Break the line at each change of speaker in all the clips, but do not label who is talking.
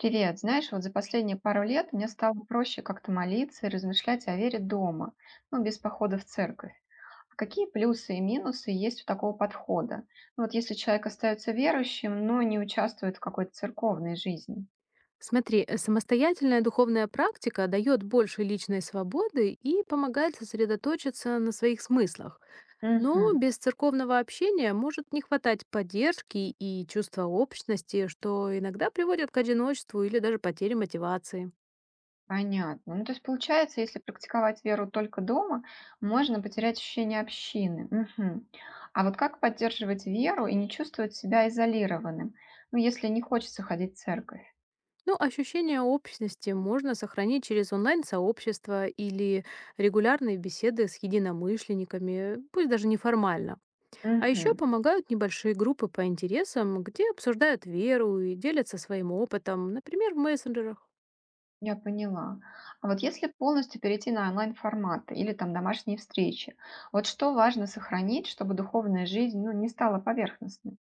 Привет. Знаешь, вот за последние пару лет мне стало проще как-то молиться и размышлять о вере дома, ну, без похода в церковь. А какие плюсы и минусы есть у такого подхода? Ну, вот если человек остается верующим, но не участвует в какой-то церковной жизни.
Смотри, самостоятельная духовная практика дает больше личной свободы и помогает сосредоточиться на своих смыслах. Но
Угу,
без церковного общения может не хватать поддержки и чувства общности, что иногда приводит к одиночеству или даже потере мотивации.
понятно. Ну, то есть получается, если практиковать веру только дома, можно потерять ощущение общины. Угу. А вот как поддерживать веру и не чувствовать себя изолированным, ну, если не хочется ходить в церковь?
Ну, ощущение общности можно сохранить через онлайн-сообщество или регулярные беседы с единомышленниками, пусть даже неформально. А еще
Угу.
помогают небольшие группы по интересам, где обсуждают веру и делятся своим опытом, например, в мессенджерах.
Я поняла. А вот если полностью перейти на онлайн-форматы или там домашние встречи, вот что важно сохранить, чтобы духовная жизнь, ну, не стала поверхностной?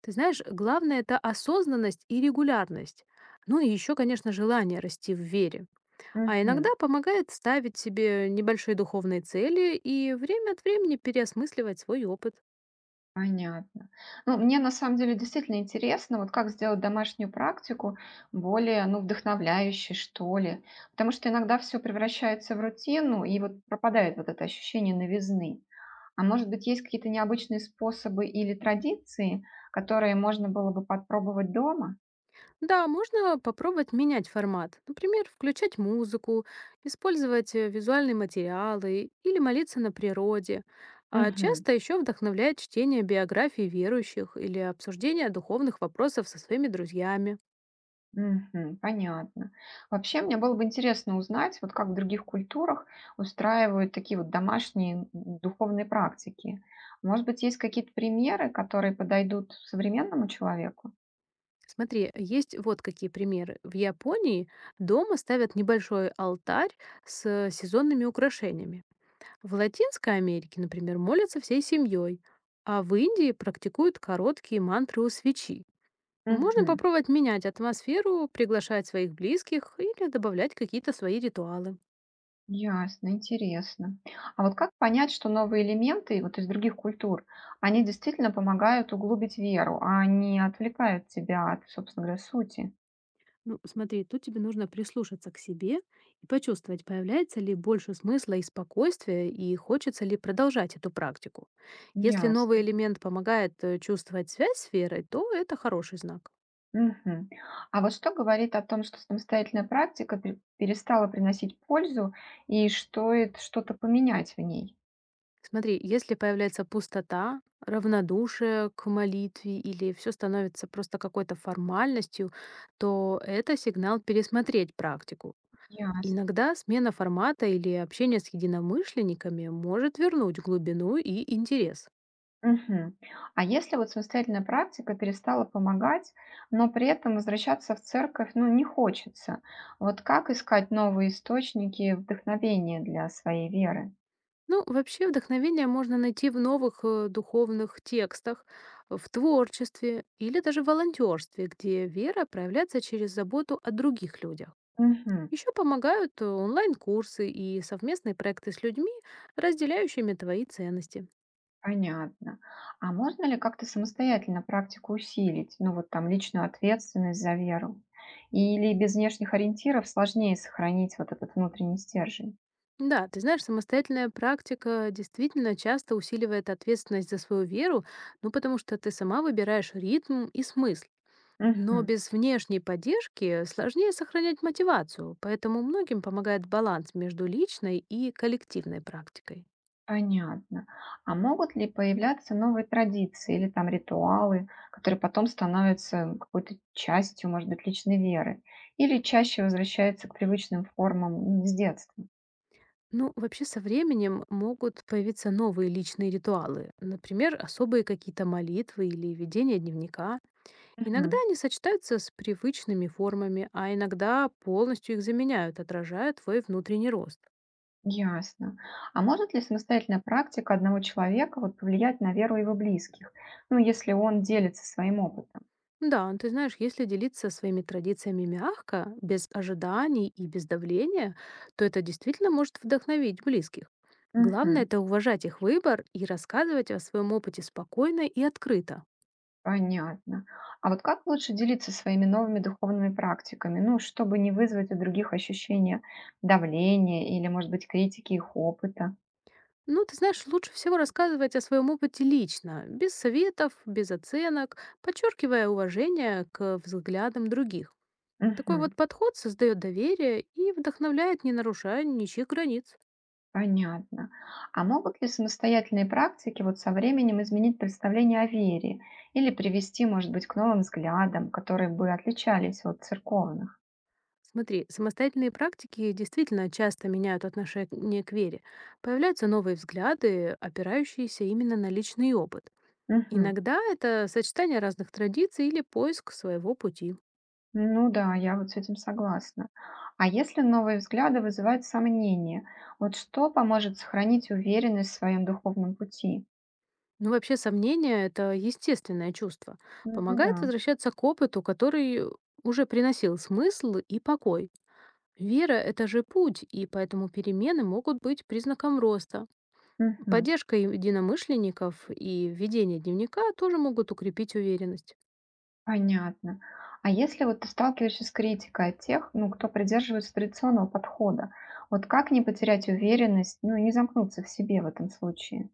Ты знаешь, главное это осознанность и регулярность. Ну и еще, конечно, желание расти в вере. А иногда
Мгм.
помогает ставить себе небольшие духовные цели и время от времени переосмысливать свой опыт.
Понятно. Ну, мне на самом деле действительно интересно, вот как сделать домашнюю практику более, ну, вдохновляющей, что ли. Потому что иногда все превращается в рутину, и вот пропадает вот это ощущение новизны. А может быть, есть какие-то необычные способы или традиции, которые можно было бы подпробовать дома?
Да, можно попробовать менять формат. Например, включать музыку, использовать визуальные материалы или молиться на природе. А
Мгм.
часто еще вдохновляет чтение биографий верующих или обсуждение духовных вопросов со своими друзьями.
Мгм. Понятно. Вообще, мне было бы интересно узнать, вот как в других культурах устраивают такие вот домашние духовные практики. Может быть, есть какие-то примеры, которые подойдут современному человеку?
Смотри, есть вот какие примеры. В Японии дома ставят небольшой алтарь с сезонными украшениями. В Латинской Америке, например, молятся всей семьей, а в Индии практикуют короткие мантры у свечи. Можно
Мгм.
попробовать менять атмосферу, приглашать своих близких или добавлять какие-то свои ритуалы.
Ясно, интересно. А вот как понять, что новые элементы вот из других культур, они действительно помогают углубить веру, а не отвлекают тебя от, собственно говоря, сути?
Ну, смотри, тут тебе нужно прислушаться к себе и почувствовать, появляется ли больше смысла и спокойствия, и хочется ли продолжать эту практику. Если новый
Ясно.
элемент помогает чувствовать связь с верой, то это хороший знак.
Мгм. А вот что говорит о том, что самостоятельная практика перестала приносить пользу и стоит что-то поменять в ней?
Смотри, если появляется пустота, равнодушие к молитве или все становится просто какой-то формальностью, то это сигнал пересмотреть практику.
Ясно.
Иногда смена формата или общение с единомышленниками может вернуть глубину и интерес.
Мгм. А если вот самостоятельная практика перестала помогать, но при этом возвращаться в церковь, ну, не хочется, вот как искать новые источники вдохновения для своей веры?
Ну, вообще вдохновение можно найти в новых духовных текстах, в творчестве или даже волонтерстве, где вера проявляется через заботу о других людях.
Мгм.
Еще помогают онлайн-курсы и совместные проекты с людьми, разделяющими твои ценности.
Понятно. А можно ли как-то самостоятельно практику усилить, ну вот там личную ответственность за веру? Или без внешних ориентиров сложнее сохранить вот этот внутренний стержень?
Да, ты знаешь, самостоятельная практика действительно часто усиливает ответственность за свою веру, ну потому что ты сама выбираешь ритм и смысл. Но
Мгм.
без внешней поддержки сложнее сохранять мотивацию, поэтому многим помогает баланс между личной и коллективной практикой.
Понятно. А могут ли появляться новые традиции или там ритуалы, которые потом становятся какой-то частью, может быть, личной веры? Или чаще возвращаются к привычным формам м, с детства?
Ну, вообще со временем могут появиться новые личные ритуалы, например, особые какие-то молитвы или ведение дневника. Иногда они сочетаются с привычными формами, а иногда полностью их заменяют, отражая твой внутренний рост.
Ясно. А может ли самостоятельная практика одного человека вот повлиять на веру его близких? Ну, если он делится своим опытом.
Да, ты знаешь, если делиться своими традициями мягко, без ожиданий и без давления, то это действительно может вдохновить близких. Главное
Мгм.
это уважать их выбор и рассказывать о своем опыте спокойно и открыто.
Понятно. А вот как лучше делиться своими новыми духовными практиками? Ну, чтобы не вызвать у других ощущение давления или, может быть, критики их опыта.
Ну, ты знаешь, лучше всего рассказывать о своем опыте лично, без советов, без оценок, подчеркивая уважение к взглядам других. Такой
Мгм.
вот подход создает доверие и вдохновляет, не нарушая ничьих границ.
Понятно. А могут ли самостоятельные практики вот со временем изменить представление о вере или привести, может быть, к новым взглядам, которые бы отличались от церковных?
Смотри, самостоятельные практики действительно часто меняют отношение к вере. Появляются новые взгляды, опирающиеся именно на личный опыт.
Мгм.
Иногда это сочетание разных традиций или поиск своего пути.
Ну да, я вот с этим согласна. А если новые взгляды вызывают сомнения, вот что поможет сохранить уверенность в своем духовном пути?
Ну, вообще, сомнение— это естественное чувство.
Ну да.
Помогает возвращаться к опыту, который уже приносил смысл и покой. Вера— это же путь, и поэтому перемены могут быть признаком роста.
Мгм.
Поддержка единомышленников и ведение дневника тоже могут укрепить уверенность.
Понятно. А если вот ты сталкиваешься с критикой от тех, ну, кто придерживается традиционного подхода, вот как не потерять уверенность, ну, и не замкнуться в себе в этом случае?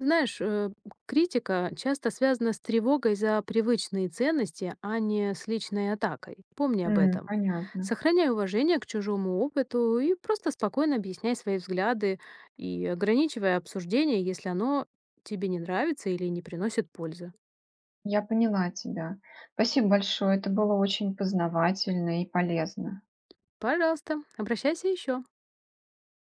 Знаешь, критика часто связана с тревогой за привычные ценности, а не с личной атакой. Помни об
М,
этом.
понятно.
Сохраняй уважение к чужому опыту и просто спокойно объясняй свои взгляды и ограничивай обсуждение, если оно тебе не нравится или не приносит пользы.
Я поняла тебя. Спасибо большое, это было очень познавательно и полезно.
Пожалуйста, обращайся еще.